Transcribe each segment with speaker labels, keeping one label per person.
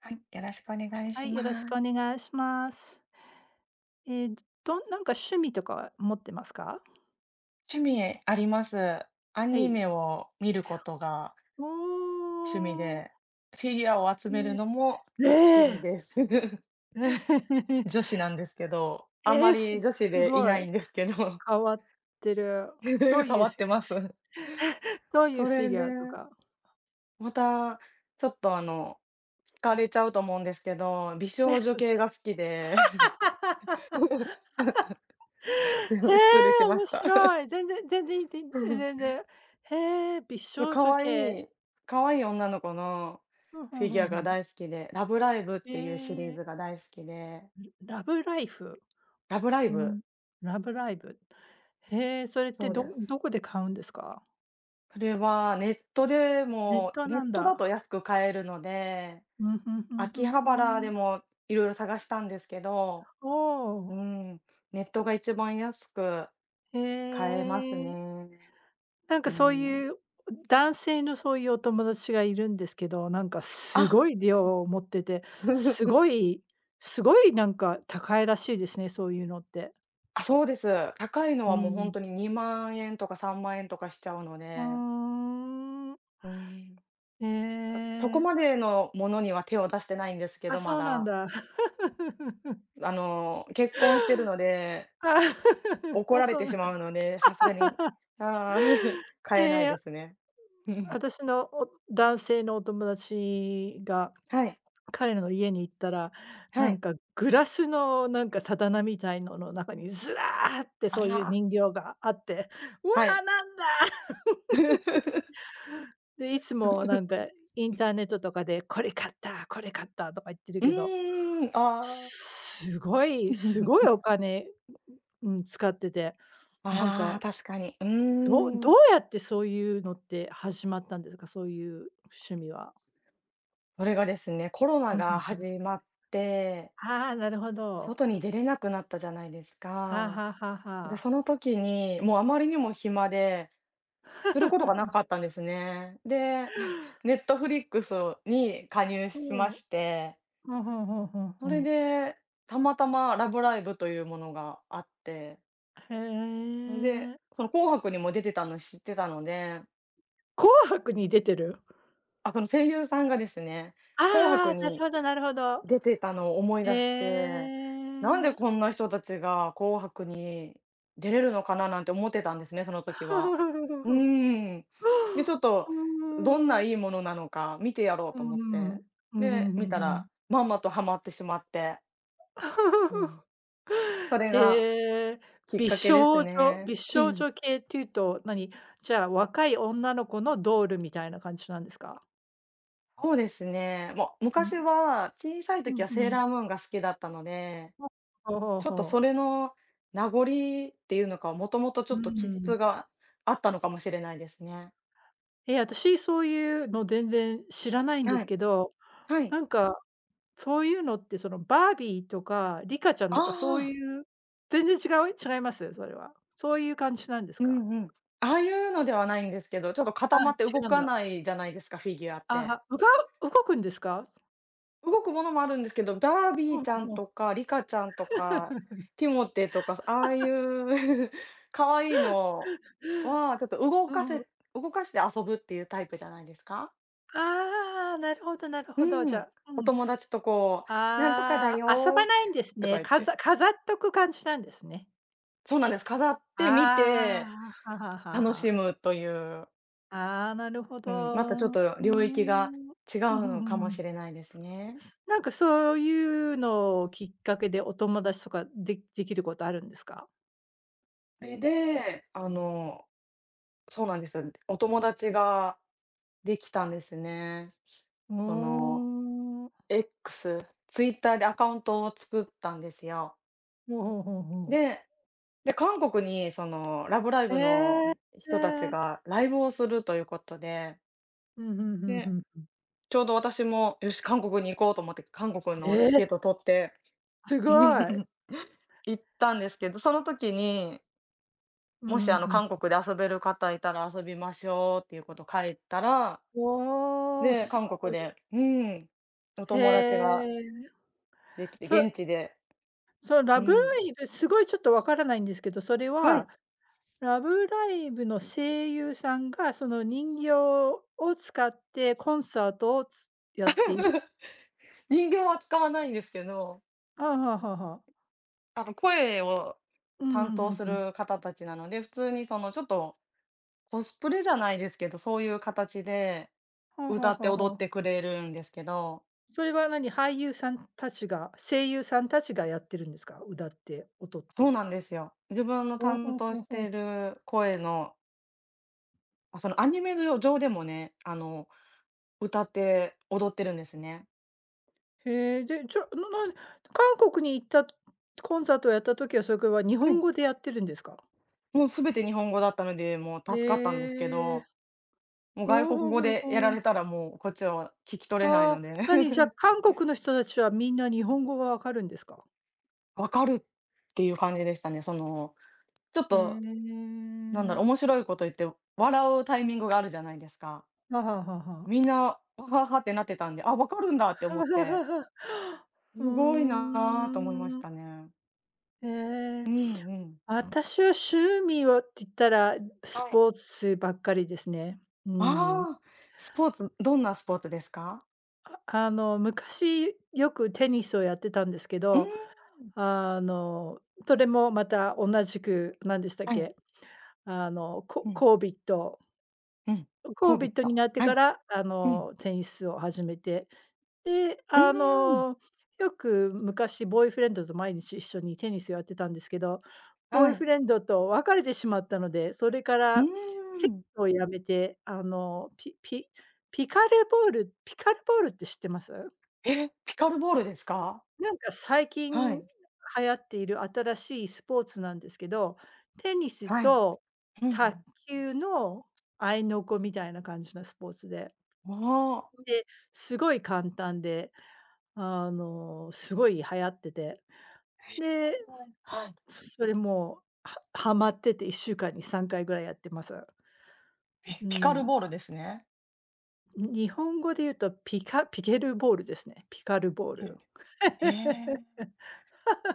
Speaker 1: はい、よろしくお願い
Speaker 2: は
Speaker 1: し
Speaker 2: い、よろし
Speaker 1: ま
Speaker 2: く
Speaker 1: す。
Speaker 2: お願いします。ええ、どんなんか趣味とかは持ってますか？
Speaker 1: 趣味あります。ア
Speaker 2: は
Speaker 1: ニ
Speaker 2: い。
Speaker 1: メを見ることが
Speaker 2: お
Speaker 1: 趣味
Speaker 2: お、
Speaker 1: で、フィギュアを集める
Speaker 2: ね。
Speaker 1: のも
Speaker 2: え
Speaker 1: 趣味
Speaker 2: え
Speaker 1: です。
Speaker 2: ー！
Speaker 1: 女子 なんですけど、あん
Speaker 2: え
Speaker 1: ま
Speaker 2: え、す
Speaker 1: り女子
Speaker 2: す
Speaker 1: でい
Speaker 2: ごい、
Speaker 1: ないんですけど、
Speaker 2: 変わってる。ど
Speaker 1: 変
Speaker 2: ういう
Speaker 1: わ
Speaker 2: フィ
Speaker 1: ってます。
Speaker 2: どういう
Speaker 1: そ
Speaker 2: フィ
Speaker 1: れ
Speaker 2: ギ
Speaker 1: で、
Speaker 2: ュアとか。
Speaker 1: またちょっと惹かれちゃうと思うんですけど、美
Speaker 2: え、
Speaker 1: 少女
Speaker 2: そう。
Speaker 1: 系が好きで、
Speaker 2: へ
Speaker 1: 失礼し
Speaker 2: え、
Speaker 1: ま
Speaker 2: 面
Speaker 1: した。
Speaker 2: 白い。全然全然全然。全然へえ、美
Speaker 1: か
Speaker 2: 少女
Speaker 1: 可
Speaker 2: 系。
Speaker 1: 愛いかわいい女の子の
Speaker 2: ふんふ
Speaker 1: フ
Speaker 2: ん
Speaker 1: ィ
Speaker 2: ふ
Speaker 1: ギュ
Speaker 2: ん
Speaker 1: ア
Speaker 2: ふ
Speaker 1: が
Speaker 2: ん。
Speaker 1: 大好きで、ラブライブっ
Speaker 2: え
Speaker 1: ていうシリー
Speaker 2: え、
Speaker 1: ズが大好きで、
Speaker 2: ラブライフ？
Speaker 1: ラブライ
Speaker 2: う
Speaker 1: ブ。
Speaker 2: ん。ラブライブ。へえ、それって
Speaker 1: そう
Speaker 2: ど
Speaker 1: です。
Speaker 2: どこで買うんですか？
Speaker 1: それはネットで
Speaker 2: ネッ
Speaker 1: も、
Speaker 2: ト
Speaker 1: ネ
Speaker 2: なん
Speaker 1: ットだと
Speaker 2: だ。
Speaker 1: 安く買えるので、
Speaker 2: うん、ふんふんふ
Speaker 1: 秋
Speaker 2: ん
Speaker 1: 葉
Speaker 2: ふ
Speaker 1: 原で
Speaker 2: ん。
Speaker 1: もいろいろ探したんですけど、
Speaker 2: おお、
Speaker 1: うん、ネットが一番安く
Speaker 2: へ
Speaker 1: 買えます
Speaker 2: え。
Speaker 1: ね。
Speaker 2: なんか
Speaker 1: う
Speaker 2: そう
Speaker 1: ん。
Speaker 2: いう男性のそういうお友達がいるんですけど、なんかす
Speaker 1: あ、
Speaker 2: ごい量を持ってて、すご いすごいなんか高いらしいですね、そういうのって。
Speaker 1: あ、そうです。高いの
Speaker 2: う
Speaker 1: はもう本
Speaker 2: ん。
Speaker 1: 当に2万円とか3万円とかしちゃうの
Speaker 2: ふー
Speaker 1: で、
Speaker 2: ん。
Speaker 1: うん。
Speaker 2: へ
Speaker 1: あ、そこ
Speaker 2: え。
Speaker 1: までのものには手を出してないんですけ
Speaker 2: あ、
Speaker 1: ど、ま
Speaker 2: そうなん
Speaker 1: だ。
Speaker 2: だ。
Speaker 1: 結婚してるので、
Speaker 2: あ
Speaker 1: 怒
Speaker 2: あ、
Speaker 1: られ
Speaker 2: そう
Speaker 1: て
Speaker 2: な
Speaker 1: し
Speaker 2: ん
Speaker 1: まうので、さすがに、ああ、
Speaker 2: へ
Speaker 1: 買えない
Speaker 2: え。
Speaker 1: ですね。うん
Speaker 2: 私の男性のお友達が、
Speaker 1: はい、
Speaker 2: 彼の家に行ったら、
Speaker 1: は
Speaker 2: なん
Speaker 1: い。
Speaker 2: かグラスのなんか棚みたいのの中にずらーって
Speaker 1: あ
Speaker 2: そういう
Speaker 1: ら、
Speaker 2: 人形があって、「うわ
Speaker 1: はい。
Speaker 2: ー、なんだ！」で、いつもなんかインターネットとかで「これ買った、これ買った」とか言ってる
Speaker 1: う
Speaker 2: けど、
Speaker 1: ーん、ああ。
Speaker 2: すごいすごい お金、うん、使ってて、なん
Speaker 1: あ
Speaker 2: か、
Speaker 1: あ、確かに。う
Speaker 2: どう
Speaker 1: ー
Speaker 2: どう
Speaker 1: ん。
Speaker 2: やってそういうのって始まったんですか？そういう趣味は。
Speaker 1: それがですね、コロ
Speaker 2: う
Speaker 1: ナ
Speaker 2: ん、う
Speaker 1: が
Speaker 2: んうん。
Speaker 1: 始まって、
Speaker 2: ああ、なるほど。
Speaker 1: 外に出れなくなったじゃないです
Speaker 2: はあ
Speaker 1: か。
Speaker 2: はあはあは
Speaker 1: で、
Speaker 2: あ。
Speaker 1: その時に、もうあまりにも暇で、することがな かったんですね。で、ネットフリックスに加入
Speaker 2: う
Speaker 1: し
Speaker 2: ん。
Speaker 1: ま
Speaker 2: う
Speaker 1: して、
Speaker 2: んふんふんふんふ
Speaker 1: それ
Speaker 2: ん。
Speaker 1: で、たまたまラブライブというものがあって、
Speaker 2: へ
Speaker 1: で、
Speaker 2: え。
Speaker 1: その紅白にも出てたの知ってたので、
Speaker 2: 紅白に出てる？
Speaker 1: あ、その声優さんがですね、紅白
Speaker 2: ああ、なる
Speaker 1: に
Speaker 2: ほどなるほど。
Speaker 1: 出てたのを思い
Speaker 2: へ
Speaker 1: 出して、なんで
Speaker 2: え。
Speaker 1: こんな人たちが紅白に出れるのかななんて思ってたんですね、その時は。う ーん。で、ちょっ
Speaker 2: う
Speaker 1: とどんな
Speaker 2: ーん。
Speaker 1: いいものなのか見てやろう
Speaker 2: う
Speaker 1: と
Speaker 2: んう
Speaker 1: 思って、
Speaker 2: んうん。うんうんう
Speaker 1: で、見た
Speaker 2: んうん。
Speaker 1: らまんまとハマってしまって、う ん。それが
Speaker 2: へえ。
Speaker 1: きっ
Speaker 2: 美
Speaker 1: かけです
Speaker 2: 少女
Speaker 1: ね。
Speaker 2: 美少女系っていうと、何、じゃあ、若い女の子のドールみたいな感じなんですか？
Speaker 1: そうですね。もう
Speaker 2: う
Speaker 1: 昔
Speaker 2: ん。
Speaker 1: は小さい
Speaker 2: う
Speaker 1: 時
Speaker 2: ん
Speaker 1: は
Speaker 2: う
Speaker 1: セー
Speaker 2: ん。
Speaker 1: ラームーンが好きだったので、
Speaker 2: ほうほう
Speaker 1: ちょっと
Speaker 2: ほ
Speaker 1: それ
Speaker 2: う。
Speaker 1: の名残っていうのか、もともとちょ
Speaker 2: う
Speaker 1: っと気
Speaker 2: ん。
Speaker 1: 質があったのかもしれないですね。
Speaker 2: え、私そういうの全然知らないんで
Speaker 1: は
Speaker 2: す
Speaker 1: い。
Speaker 2: けど、
Speaker 1: はい。
Speaker 2: なんか、そういうのってそのバービーとかリカちゃん
Speaker 1: あ
Speaker 2: とかそう
Speaker 1: あ。
Speaker 2: いう全然違います？それは。そういう感じなんです
Speaker 1: う
Speaker 2: か？
Speaker 1: んうん。ああいうのではないんですけど、ちょっと
Speaker 2: あ、
Speaker 1: 固まって動
Speaker 2: 違うん
Speaker 1: か
Speaker 2: だ。
Speaker 1: ないじゃないですか、フィギュアっ
Speaker 2: あ
Speaker 1: て。
Speaker 2: は、うが動くんですか？
Speaker 1: 動くものもあるんですけど、ダー
Speaker 2: ほ
Speaker 1: ビー
Speaker 2: う
Speaker 1: ち
Speaker 2: ほ
Speaker 1: ゃ
Speaker 2: う
Speaker 1: ん
Speaker 2: ほう。
Speaker 1: とか、リカちゃんとか、ティモテーとか、ああいう 可愛いのは、ちょっと動
Speaker 2: う
Speaker 1: か
Speaker 2: んうん。
Speaker 1: せ動かして遊ぶっていうタイプじゃないですか？
Speaker 2: ああ、なるほどなるほど、
Speaker 1: う
Speaker 2: じゃ
Speaker 1: ん。
Speaker 2: あ、う
Speaker 1: お
Speaker 2: ん。
Speaker 1: 友達とこう、なんとかだ
Speaker 2: ああ、遊ば
Speaker 1: よ
Speaker 2: ないんです
Speaker 1: とか
Speaker 2: ね。
Speaker 1: 言っ
Speaker 2: か
Speaker 1: て、
Speaker 2: ざ飾っとく感じなんですね。
Speaker 1: そうなんです、飾って見
Speaker 2: ああ、
Speaker 1: て
Speaker 2: はははは
Speaker 1: 楽し
Speaker 2: は。
Speaker 1: むという、
Speaker 2: ああ、なるほ
Speaker 1: う
Speaker 2: ど。
Speaker 1: ん、またちょっ
Speaker 2: う
Speaker 1: と
Speaker 2: ーん。
Speaker 1: 領域が
Speaker 2: うん
Speaker 1: 違う
Speaker 2: うん
Speaker 1: のか
Speaker 2: う
Speaker 1: も
Speaker 2: んうん。
Speaker 1: しれないですね。
Speaker 2: なんかそういうのをきっかけでお友達とかでできることあるんですか？
Speaker 1: それで、そうなんですよ。お友達ができたんですね。
Speaker 2: う
Speaker 1: そ
Speaker 2: ー
Speaker 1: の
Speaker 2: ん。
Speaker 1: X、ツイッターでアカウントを作ったんですよ。
Speaker 2: ほうほうほうほう。
Speaker 1: でで、韓国にそのラブライ
Speaker 2: え
Speaker 1: ブ
Speaker 2: え、
Speaker 1: の人たち
Speaker 2: ええ。
Speaker 1: がライブをするということで
Speaker 2: ふんふんふんふ
Speaker 1: で、
Speaker 2: ん。
Speaker 1: ちょうど私も、よし、韓国に行こうと思って、韓国の
Speaker 2: え
Speaker 1: チ
Speaker 2: え、
Speaker 1: ケット取って、
Speaker 2: すごい。
Speaker 1: 行ったんですけど、その時に、
Speaker 2: ふん
Speaker 1: も
Speaker 2: ふ
Speaker 1: し
Speaker 2: ん
Speaker 1: あの
Speaker 2: ふん。
Speaker 1: 韓国で遊べる方いたら遊びましょうっていうこと書いたら、
Speaker 2: おお、
Speaker 1: で、韓国で、うん、お
Speaker 2: へ
Speaker 1: 友達が
Speaker 2: え。
Speaker 1: できて、
Speaker 2: そ
Speaker 1: 現地で、
Speaker 2: そのラ
Speaker 1: う
Speaker 2: ブラ
Speaker 1: ん、
Speaker 2: イブ、すごいちょっとわからないんですけど、それ
Speaker 1: は
Speaker 2: は
Speaker 1: い、
Speaker 2: ラブライブの声優さんが、その人形を使ってコンサートをやっている？
Speaker 1: 人形は使わないんですけど、
Speaker 2: ああ、はあはあはあ。
Speaker 1: あの声を
Speaker 2: うん
Speaker 1: 担
Speaker 2: うん、う
Speaker 1: 当
Speaker 2: ん
Speaker 1: す
Speaker 2: うん。
Speaker 1: る方たちなので、普通にそのちょっとコスプレじゃないですけど、そういう形で
Speaker 2: はあは
Speaker 1: 歌
Speaker 2: あ
Speaker 1: って
Speaker 2: はあ
Speaker 1: 踊っ
Speaker 2: はあ。
Speaker 1: てくれるんですけど、
Speaker 2: それは何、俳優さんたちが声優さんたちがやってるんですか？歌って、踊っ
Speaker 1: そう
Speaker 2: て。
Speaker 1: なんですよ。自分の
Speaker 2: ほう
Speaker 1: 担
Speaker 2: ほう
Speaker 1: 当
Speaker 2: ほう
Speaker 1: し
Speaker 2: ほう。
Speaker 1: てる声の、あ、そのアニメの上でもね、歌って踊ってるんですね。
Speaker 2: へえ、で、じゃ、な韓国に行ったコンサートをやった時は、それは日
Speaker 1: は
Speaker 2: 本
Speaker 1: い。
Speaker 2: 語でやってるんですか？
Speaker 1: もう全て日本語だったので、もう
Speaker 2: へ
Speaker 1: 助かったんですけ
Speaker 2: え。
Speaker 1: ど、もう外
Speaker 2: ほう
Speaker 1: 国
Speaker 2: ほう
Speaker 1: 語
Speaker 2: ほう
Speaker 1: でやら
Speaker 2: ほう。
Speaker 1: れたらもうこっちは聞き取れない
Speaker 2: ああ、
Speaker 1: ので、
Speaker 2: なに、じゃあ、韓国の人たちはみんな日本語がわかるんですか？
Speaker 1: わかるっていう感じでしたね。その、ちょっと
Speaker 2: え
Speaker 1: なんだろう、面
Speaker 2: え。
Speaker 1: 白いこと言って笑うタイミングがあるじゃないですか。
Speaker 2: はははは。
Speaker 1: みんな、わははってなってたんで、あ、わかるんだって思って す
Speaker 2: うー
Speaker 1: ごいなと思いま
Speaker 2: ん。
Speaker 1: したね。
Speaker 2: え
Speaker 1: う
Speaker 2: え、
Speaker 1: んうん。
Speaker 2: 私は趣味はって言ったら、ス
Speaker 1: はい。
Speaker 2: ポーツばっかりですね。うん。
Speaker 1: ああ、スポーツ、どんなスポーツですか？
Speaker 2: あ昔よくテニスをやってたんですけ
Speaker 1: うん、
Speaker 2: ど、あの、それもまた同じく、何でしたっ
Speaker 1: はい。
Speaker 2: け、あの、コ
Speaker 1: うん、
Speaker 2: コービット
Speaker 1: うん、
Speaker 2: コ
Speaker 1: コ
Speaker 2: ー
Speaker 1: ー
Speaker 2: ビ
Speaker 1: ビ
Speaker 2: ッ
Speaker 1: ッ
Speaker 2: ト
Speaker 1: ト。
Speaker 2: になって
Speaker 1: は
Speaker 2: か
Speaker 1: い、
Speaker 2: ら、
Speaker 1: うん、
Speaker 2: テニスを始めて、で、
Speaker 1: うーん、
Speaker 2: よく昔ボーイフレンドと毎日一緒にテニスをやってたんですけど、ボ
Speaker 1: は
Speaker 2: ーイフ
Speaker 1: い、
Speaker 2: レンドと別れてしまったので、それか
Speaker 1: う
Speaker 2: らテ
Speaker 1: ー
Speaker 2: ニ
Speaker 1: ん。
Speaker 2: スをやめて、ピカルボールって知ってます？
Speaker 1: え、ピカルボールですか？
Speaker 2: なんか最
Speaker 1: は
Speaker 2: 近流
Speaker 1: い、
Speaker 2: 行っている新しいスポーツなんですけど、テニス
Speaker 1: はい、うん
Speaker 2: と
Speaker 1: う
Speaker 2: 卓
Speaker 1: ん。
Speaker 2: 球の合いの子みたいな感じのスポーツで。
Speaker 1: ああ。
Speaker 2: で、すごい簡単で、すごい流行ってて、で、
Speaker 1: はい。
Speaker 2: すそれもう、ハマってて1週間に3回ぐらいやってます。
Speaker 1: え、
Speaker 2: う
Speaker 1: ピカル
Speaker 2: ん。
Speaker 1: ボールですね。
Speaker 2: 日本語で言うとピケルボールですね。ピカルボー
Speaker 1: き
Speaker 2: ル。
Speaker 1: るへ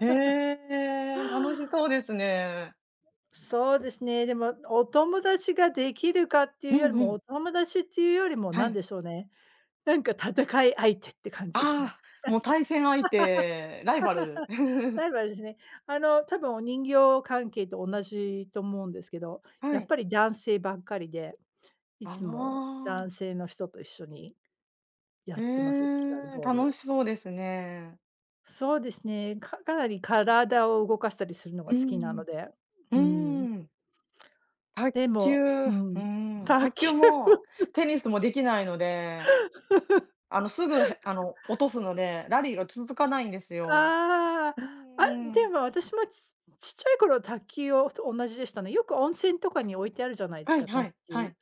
Speaker 1: え、へえ、楽しそうですね。
Speaker 2: そうですね、でもお友達ができるかってい
Speaker 1: う
Speaker 2: うより
Speaker 1: んう
Speaker 2: も、お
Speaker 1: ん、
Speaker 2: 友達っていうよりも
Speaker 1: は
Speaker 2: 何
Speaker 1: い。
Speaker 2: でしょうね、なんか戦い相手って感じですね。
Speaker 1: ああ、もう対戦相手、ライバル。
Speaker 2: 例えばですね。多分お人形関係と同じと思うんですけど、
Speaker 1: は
Speaker 2: やっ
Speaker 1: い。
Speaker 2: ぱり男性ばっかりで、い
Speaker 1: あ
Speaker 2: つも男
Speaker 1: あ、
Speaker 2: 性の人と一緒にや
Speaker 1: へ
Speaker 2: ってます、ピカル
Speaker 1: え、
Speaker 2: ボー
Speaker 1: 楽
Speaker 2: ル。
Speaker 1: しそうですね。
Speaker 2: そうですね、かなり体を動かしたりするのが
Speaker 1: う
Speaker 2: 好きなの
Speaker 1: ん、
Speaker 2: で、
Speaker 1: う
Speaker 2: うん。
Speaker 1: ん、卓
Speaker 2: でもう
Speaker 1: 球、う
Speaker 2: ん、
Speaker 1: ん、
Speaker 2: 卓
Speaker 1: 卓球
Speaker 2: 球、
Speaker 1: もテニスもできないので、すぐ、へ落とすので、ラリーが続かないんです よ。
Speaker 2: ああ、
Speaker 1: う
Speaker 2: あ、
Speaker 1: ん
Speaker 2: で
Speaker 1: ん。
Speaker 2: も私もちっちゃい頃、卓球と同じでしたね。よく温泉とかに置いてあるじゃないです
Speaker 1: はい
Speaker 2: か、卓
Speaker 1: はいは
Speaker 2: 球。
Speaker 1: い。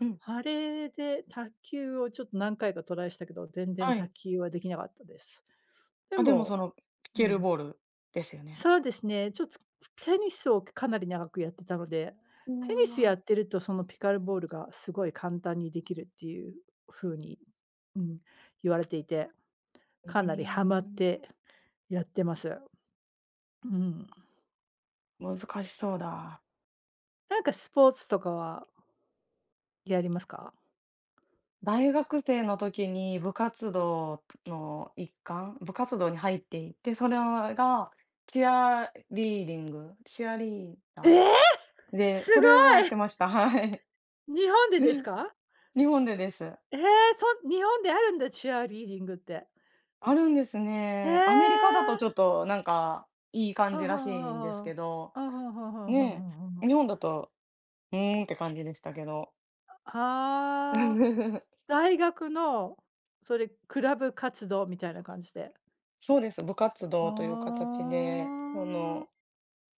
Speaker 1: うん、
Speaker 2: あれで卓球をちょっと何回かトライしたけど、全然
Speaker 1: は
Speaker 2: 卓
Speaker 1: い。
Speaker 2: 球はできなかったです。で
Speaker 1: あ、でも
Speaker 2: も、
Speaker 1: その、ピ
Speaker 2: う
Speaker 1: ケル
Speaker 2: ん、
Speaker 1: ボールですよね。
Speaker 2: そうですね、ちょっとテニスをかなり長くやってたので、
Speaker 1: うわ
Speaker 2: テニスや
Speaker 1: ー。
Speaker 2: ってるとそのピカルボールがすごい簡単にできるっていう風に、うん、言われていて、
Speaker 1: う
Speaker 2: かなり
Speaker 1: ー
Speaker 2: ハマっ
Speaker 1: ん、
Speaker 2: てやってます。うん。
Speaker 1: 難しそうだ。
Speaker 2: なんかスポーツとかはやりますか？
Speaker 1: 大学生の時に部活動の一環、部活動に入っていて、それがチアリーディング、チアリー
Speaker 2: え
Speaker 1: ダ
Speaker 2: え！
Speaker 1: ーで、
Speaker 2: す
Speaker 1: それをやっ
Speaker 2: ごい。
Speaker 1: てました。はい。
Speaker 2: 日本でですか？
Speaker 1: 日本でです。
Speaker 2: ええ、日本であるんだ、チアリーディングって。
Speaker 1: あるんです
Speaker 2: え
Speaker 1: ね。アメリカだとちょ
Speaker 2: え。
Speaker 1: っとなんかいい
Speaker 2: あ
Speaker 1: 感
Speaker 2: は
Speaker 1: じらし
Speaker 2: は
Speaker 1: いんです
Speaker 2: はは。
Speaker 1: けど、
Speaker 2: あはははは
Speaker 1: ね
Speaker 2: は
Speaker 1: え、日
Speaker 2: は。
Speaker 1: 本だと、うーんって感じでしたけど。
Speaker 2: ああ、大学の、それ、クラブ活動みたいな感じで。
Speaker 1: そうです、部活
Speaker 2: あ
Speaker 1: 動という
Speaker 2: あ。
Speaker 1: 形で、その、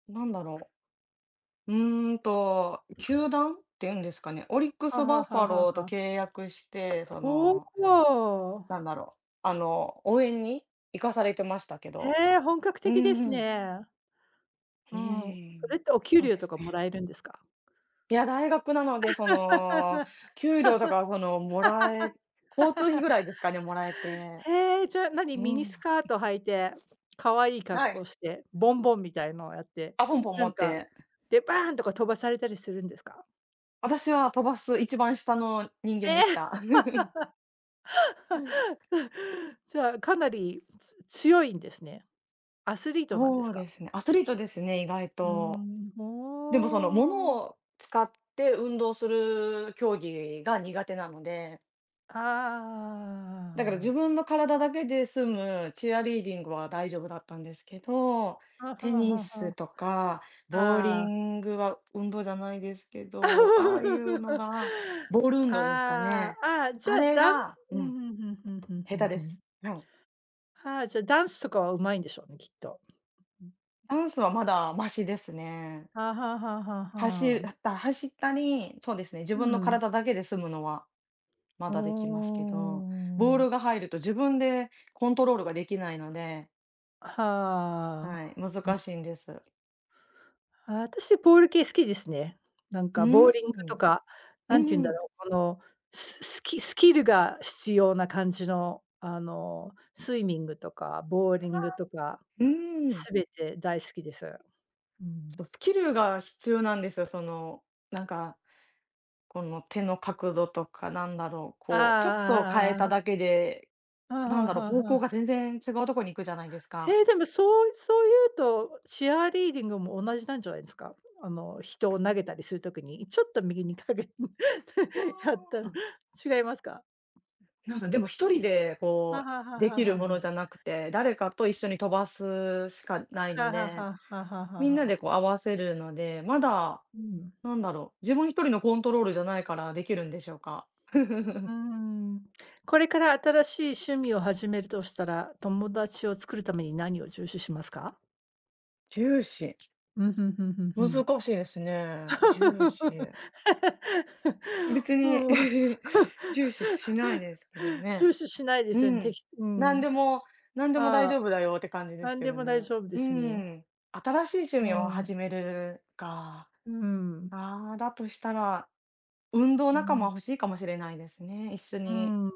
Speaker 1: なんだろう。球団っていうんですかね、オリック
Speaker 2: は
Speaker 1: スバ
Speaker 2: は
Speaker 1: フ
Speaker 2: は
Speaker 1: ァ
Speaker 2: は
Speaker 1: ローズと
Speaker 2: は。
Speaker 1: 契約して、そ
Speaker 2: ほ
Speaker 1: の、
Speaker 2: お。
Speaker 1: なんだろう、応援に行かされてましたけ
Speaker 2: へ
Speaker 1: ど、
Speaker 2: え、本格
Speaker 1: う
Speaker 2: 的です
Speaker 1: ん、
Speaker 2: ね。
Speaker 1: う
Speaker 2: うん。
Speaker 1: ー
Speaker 2: それ
Speaker 1: ん、
Speaker 2: ってお給
Speaker 1: そう
Speaker 2: 料
Speaker 1: で
Speaker 2: と
Speaker 1: す
Speaker 2: かも
Speaker 1: ね。
Speaker 2: らえるんですか？
Speaker 1: いや、大学なので、その、給料とか、その、もらえ交通費ぐらいですかね、もらえて。
Speaker 2: へえ、じゃあ、何、
Speaker 1: う
Speaker 2: ミニ
Speaker 1: ん、
Speaker 2: スカート履いて、可愛い格
Speaker 1: は
Speaker 2: 好
Speaker 1: い。
Speaker 2: して、ボンボンみたいのをやって、
Speaker 1: あ、ポンポン
Speaker 2: な
Speaker 1: 持
Speaker 2: ん
Speaker 1: っ
Speaker 2: か、
Speaker 1: て。
Speaker 2: で、バーンとか飛ばされたりするんですか？
Speaker 1: 私は飛ばす一番下の人
Speaker 2: え
Speaker 1: 間でし
Speaker 2: え。
Speaker 1: た。
Speaker 2: じゃあ、かなり強いんですね。アスリートなんで
Speaker 1: そ
Speaker 2: す
Speaker 1: う
Speaker 2: か？
Speaker 1: ですね、アスリートですね、意外
Speaker 2: うー
Speaker 1: と。
Speaker 2: ん、
Speaker 1: でもその
Speaker 2: お
Speaker 1: 物
Speaker 2: う。
Speaker 1: を使って運動する競技が苦手なので、だから自
Speaker 2: ああ
Speaker 1: 分の体だけで済むチアリーディングは大丈夫だったんですけど、
Speaker 2: あああ。
Speaker 1: テ
Speaker 2: はは
Speaker 1: ニ
Speaker 2: は
Speaker 1: スとかボー
Speaker 2: はあ。
Speaker 1: リ
Speaker 2: あ
Speaker 1: ングは運動じゃないですけど、ああいうの
Speaker 2: あ。
Speaker 1: が、ボール運動ですか
Speaker 2: あ
Speaker 1: ね。
Speaker 2: あ、あじゃ
Speaker 1: あ
Speaker 2: あ、
Speaker 1: れが、う
Speaker 2: うん、う
Speaker 1: ん、
Speaker 2: んうんうんうん
Speaker 1: 下
Speaker 2: う
Speaker 1: 手
Speaker 2: んう
Speaker 1: で
Speaker 2: ん。
Speaker 1: す。うん。
Speaker 2: はあ、じゃあ、ダンスとかは上手いんでしょうね、きっと。うん。
Speaker 1: ダンスはまだマシですね。
Speaker 2: はあはあはあはあ
Speaker 1: 走
Speaker 2: は
Speaker 1: っ
Speaker 2: あ。
Speaker 1: た走ったり、そうですね、自
Speaker 2: う
Speaker 1: 分の
Speaker 2: ん。
Speaker 1: 体だけで済むのはま
Speaker 2: お
Speaker 1: だできますけど、ボー
Speaker 2: お。
Speaker 1: ルが入ると自分でコントロールができないので、
Speaker 2: は
Speaker 1: は
Speaker 2: あ。
Speaker 1: い、難しいんです。
Speaker 2: あ私ボール系好きですね。なん
Speaker 1: う
Speaker 2: かボ
Speaker 1: ー
Speaker 2: ー
Speaker 1: ん、
Speaker 2: リングとか、
Speaker 1: う
Speaker 2: 何て言うんだ
Speaker 1: ん、
Speaker 2: ろう、この、スキルが必要な感じの、スイミングとかボーリングとか、
Speaker 1: うん。
Speaker 2: 全て大好きです。うん。
Speaker 1: そう、スキルが必要なんですよ。その、なんか、この手の角度とかなんだろう、
Speaker 2: あ
Speaker 1: こう、ちょっと変
Speaker 2: ああ
Speaker 1: え
Speaker 2: あ
Speaker 1: た
Speaker 2: あ
Speaker 1: だ
Speaker 2: あ
Speaker 1: けで、
Speaker 2: はあ
Speaker 1: な
Speaker 2: は
Speaker 1: ん
Speaker 2: あ
Speaker 1: だろう、
Speaker 2: はあ
Speaker 1: 方
Speaker 2: は
Speaker 1: 向
Speaker 2: あ。
Speaker 1: が全然違うとこに行くじゃないですか。
Speaker 2: ええ、でもそういうと、チアリーディングも同じなんじゃないですか？人を投げたりする時に、ちょっと右に
Speaker 1: うわ
Speaker 2: やった
Speaker 1: ー。
Speaker 2: ら違いますか？
Speaker 1: なんかでも一人で
Speaker 2: はあ
Speaker 1: こ
Speaker 2: はあは
Speaker 1: う、
Speaker 2: あ
Speaker 1: で
Speaker 2: は
Speaker 1: きる
Speaker 2: あは
Speaker 1: も
Speaker 2: あ。
Speaker 1: のじゃなくて、誰かと一緒に飛ばすしかない
Speaker 2: は
Speaker 1: の
Speaker 2: あはあは
Speaker 1: で、
Speaker 2: あはあはあは
Speaker 1: み
Speaker 2: あ
Speaker 1: んなで
Speaker 2: は
Speaker 1: こう合わせるので、まだ、
Speaker 2: うん。
Speaker 1: なんだろう、自分一人のコントロールじゃないからできるんでしょうか？
Speaker 2: うー ん。これから新しい趣味を始めるとしたら、友達を作るために何を重視しますか？
Speaker 1: ジューシ
Speaker 2: うん、ふんふんふんふん。
Speaker 1: ー、難しいですね。ジューシー。別に
Speaker 2: うん。
Speaker 1: 重視しないですけどね。
Speaker 2: 重視しないで
Speaker 1: う
Speaker 2: すよね、
Speaker 1: ん。
Speaker 2: う
Speaker 1: 何
Speaker 2: ん。
Speaker 1: でも何でも大
Speaker 2: ああ、
Speaker 1: 丈夫だよって感じで
Speaker 2: な
Speaker 1: す
Speaker 2: ん
Speaker 1: け
Speaker 2: で
Speaker 1: ど
Speaker 2: も大
Speaker 1: ね。
Speaker 2: 丈夫で
Speaker 1: う
Speaker 2: すね。
Speaker 1: ん。新しい趣
Speaker 2: う
Speaker 1: 味を
Speaker 2: ん。
Speaker 1: 始めるか。
Speaker 2: うん。
Speaker 1: ああ、だとしたら、運動
Speaker 2: う
Speaker 1: 仲間
Speaker 2: ん。
Speaker 1: 欲しいかもしれないですね。一緒
Speaker 2: う
Speaker 1: に
Speaker 2: ん。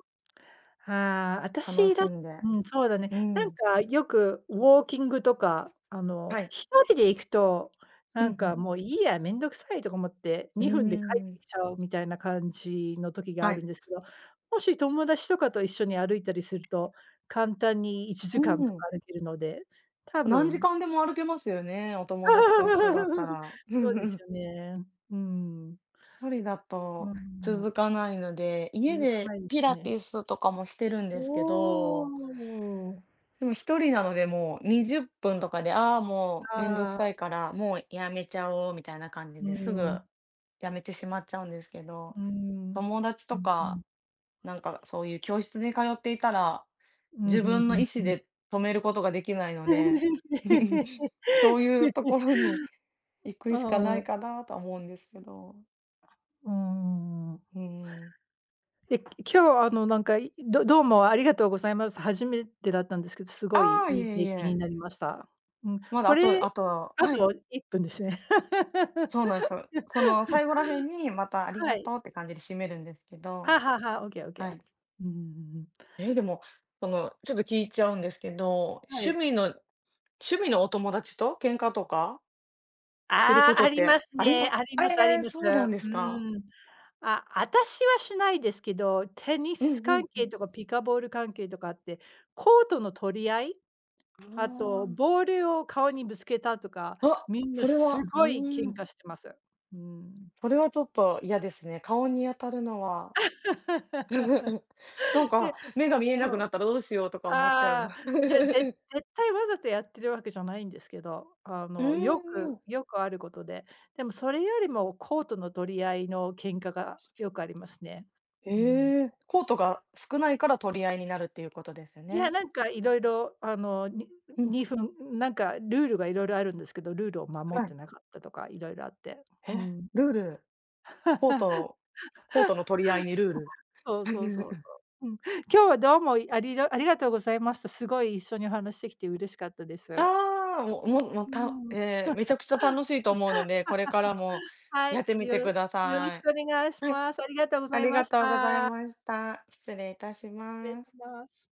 Speaker 2: ああ、
Speaker 1: 楽しんで。
Speaker 2: うん、そうだね。
Speaker 1: う
Speaker 2: なん
Speaker 1: ん。
Speaker 2: かよくウォーキングとか、
Speaker 1: はい。
Speaker 2: 1人で行くと、
Speaker 1: う
Speaker 2: なん
Speaker 1: んう
Speaker 2: か
Speaker 1: ん。
Speaker 2: もういいや、めんどくさいとか思って、
Speaker 1: うー
Speaker 2: 2分で帰っ
Speaker 1: ん、
Speaker 2: てきちゃうみたいな感じの時があ
Speaker 1: は
Speaker 2: るん
Speaker 1: い。
Speaker 2: ですけど、もし友達とかと一緒に歩いたりすると、簡単に1
Speaker 1: う
Speaker 2: 時間と
Speaker 1: ん。
Speaker 2: か歩けるので、多
Speaker 1: 何時
Speaker 2: 分
Speaker 1: 間でも歩けますよね、お友達と一緒だった ら。う
Speaker 2: そう
Speaker 1: ん
Speaker 2: で
Speaker 1: う
Speaker 2: す
Speaker 1: ん。
Speaker 2: よね。うん。
Speaker 1: 一人だ
Speaker 2: う
Speaker 1: と
Speaker 2: ん、
Speaker 1: 続かないので、家
Speaker 2: 続か
Speaker 1: で
Speaker 2: ないで
Speaker 1: ピ
Speaker 2: す
Speaker 1: ラ
Speaker 2: ね。
Speaker 1: ティスとかもしてるん
Speaker 2: お
Speaker 1: ですけど、
Speaker 2: お。
Speaker 1: でも一人なのでもう20分とかで、ああ、もうめんどく
Speaker 2: あ
Speaker 1: さ
Speaker 2: あ。
Speaker 1: いから、もうやめちゃおうみたいな感じ
Speaker 2: う
Speaker 1: ですぐ
Speaker 2: ん、
Speaker 1: やめてしまっちゃうんですけ
Speaker 2: う
Speaker 1: ど、
Speaker 2: ーん。
Speaker 1: 友達
Speaker 2: う
Speaker 1: と
Speaker 2: んう
Speaker 1: か
Speaker 2: ん。
Speaker 1: なんかそういう教室に通っていたら、
Speaker 2: うん、
Speaker 1: 自
Speaker 2: ふん
Speaker 1: 分
Speaker 2: ふ
Speaker 1: の
Speaker 2: ん
Speaker 1: 意
Speaker 2: ふ
Speaker 1: 思
Speaker 2: ん。
Speaker 1: で止めることができないので、そういうところに行
Speaker 2: あ
Speaker 1: くしかな
Speaker 2: あ、
Speaker 1: い
Speaker 2: う
Speaker 1: かなとは思うんですけど。
Speaker 2: ん。
Speaker 1: うーん。
Speaker 2: え、今日なんか、どうもありがとうございます。初めてだったんですけど、すごい
Speaker 1: ああ、
Speaker 2: い
Speaker 1: い
Speaker 2: い
Speaker 1: えい
Speaker 2: 経験に
Speaker 1: え。
Speaker 2: なりました。うん、
Speaker 1: まだ
Speaker 2: こ
Speaker 1: あと
Speaker 2: れ、
Speaker 1: あと
Speaker 2: あ
Speaker 1: は
Speaker 2: と
Speaker 1: い、
Speaker 2: 1分ですね。
Speaker 1: そうなんですよ。その最後ら辺にまたあり
Speaker 2: は
Speaker 1: が
Speaker 2: い。
Speaker 1: とうって感じで締めるんですけど、
Speaker 2: あ、はは、オッケーオッケー。
Speaker 1: はい。
Speaker 2: うんうんうん。
Speaker 1: え、でも、その、ちょっと聞いちゃうんですけど、
Speaker 2: は
Speaker 1: 趣
Speaker 2: い。
Speaker 1: 味の趣味のお友達と喧嘩とかする
Speaker 2: あ
Speaker 1: こ
Speaker 2: あ、
Speaker 1: と
Speaker 2: あ
Speaker 1: っ
Speaker 2: りま
Speaker 1: て
Speaker 2: す
Speaker 1: あり
Speaker 2: ね。
Speaker 1: ま
Speaker 2: あり
Speaker 1: あ、
Speaker 2: ますあり
Speaker 1: ええ、
Speaker 2: ます。う
Speaker 1: そうなんですか。
Speaker 2: ーん。あ、私はしないですけど、テニ
Speaker 1: うん
Speaker 2: ス
Speaker 1: う
Speaker 2: 関
Speaker 1: ん
Speaker 2: 係
Speaker 1: う
Speaker 2: とかピカボール関係とかあって、コートの取り合い、あと
Speaker 1: ん。
Speaker 2: ボールを顔にぶつけたとか、
Speaker 1: ああ。
Speaker 2: み
Speaker 1: あ、
Speaker 2: んな
Speaker 1: それ
Speaker 2: す
Speaker 1: はう
Speaker 2: ごい
Speaker 1: ー
Speaker 2: 喧
Speaker 1: ん、
Speaker 2: 嘩してます。うん。
Speaker 1: それはちょっと嫌ですね。顔に当たるのは。なん
Speaker 2: で、
Speaker 1: か、目が見えなく
Speaker 2: もう、
Speaker 1: なったらどうしようとか思っちゃい
Speaker 2: ああ、
Speaker 1: ます。
Speaker 2: いや、絶対わざとやってるわけじゃないんですけど、
Speaker 1: う
Speaker 2: よ
Speaker 1: んう
Speaker 2: く
Speaker 1: ん。
Speaker 2: よくあることで、でもそれよりもコートの取り合いの喧嘩がよくありますね。うん。
Speaker 1: ええ、コートが少ないから取り合いになるっていうことですよ
Speaker 2: いや、
Speaker 1: ね。
Speaker 2: なんかいろいろ、
Speaker 1: うん、
Speaker 2: 2分、なんかルールがいろいろあるんですけど、ルールを守
Speaker 1: は
Speaker 2: って
Speaker 1: い。
Speaker 2: なかったとか、いろいろあって。
Speaker 1: え、
Speaker 2: うん。
Speaker 1: ルール、コー トコートの取り合いにル
Speaker 2: そうそう
Speaker 1: ー
Speaker 2: そう
Speaker 1: ル。
Speaker 2: そう。うん。今日はどうも、いありどありがとうございました。すごい一緒にお話しできて嬉しかったです。う
Speaker 1: ああ、もももた
Speaker 2: ん。
Speaker 1: ええ、めち ゃくちゃ楽しいと思うので、これからも
Speaker 2: は
Speaker 1: や
Speaker 2: い、
Speaker 1: ってみ
Speaker 2: よ
Speaker 1: て
Speaker 2: ろよ
Speaker 1: くだ
Speaker 2: ろ
Speaker 1: さ
Speaker 2: し
Speaker 1: い。
Speaker 2: くお願いし
Speaker 1: はい、
Speaker 2: ます。ありがとうご
Speaker 1: あ
Speaker 2: ざい
Speaker 1: り
Speaker 2: ま
Speaker 1: が
Speaker 2: し
Speaker 1: とうござい
Speaker 2: た。
Speaker 1: ました。失礼いたし
Speaker 2: 失礼
Speaker 1: ます。
Speaker 2: します。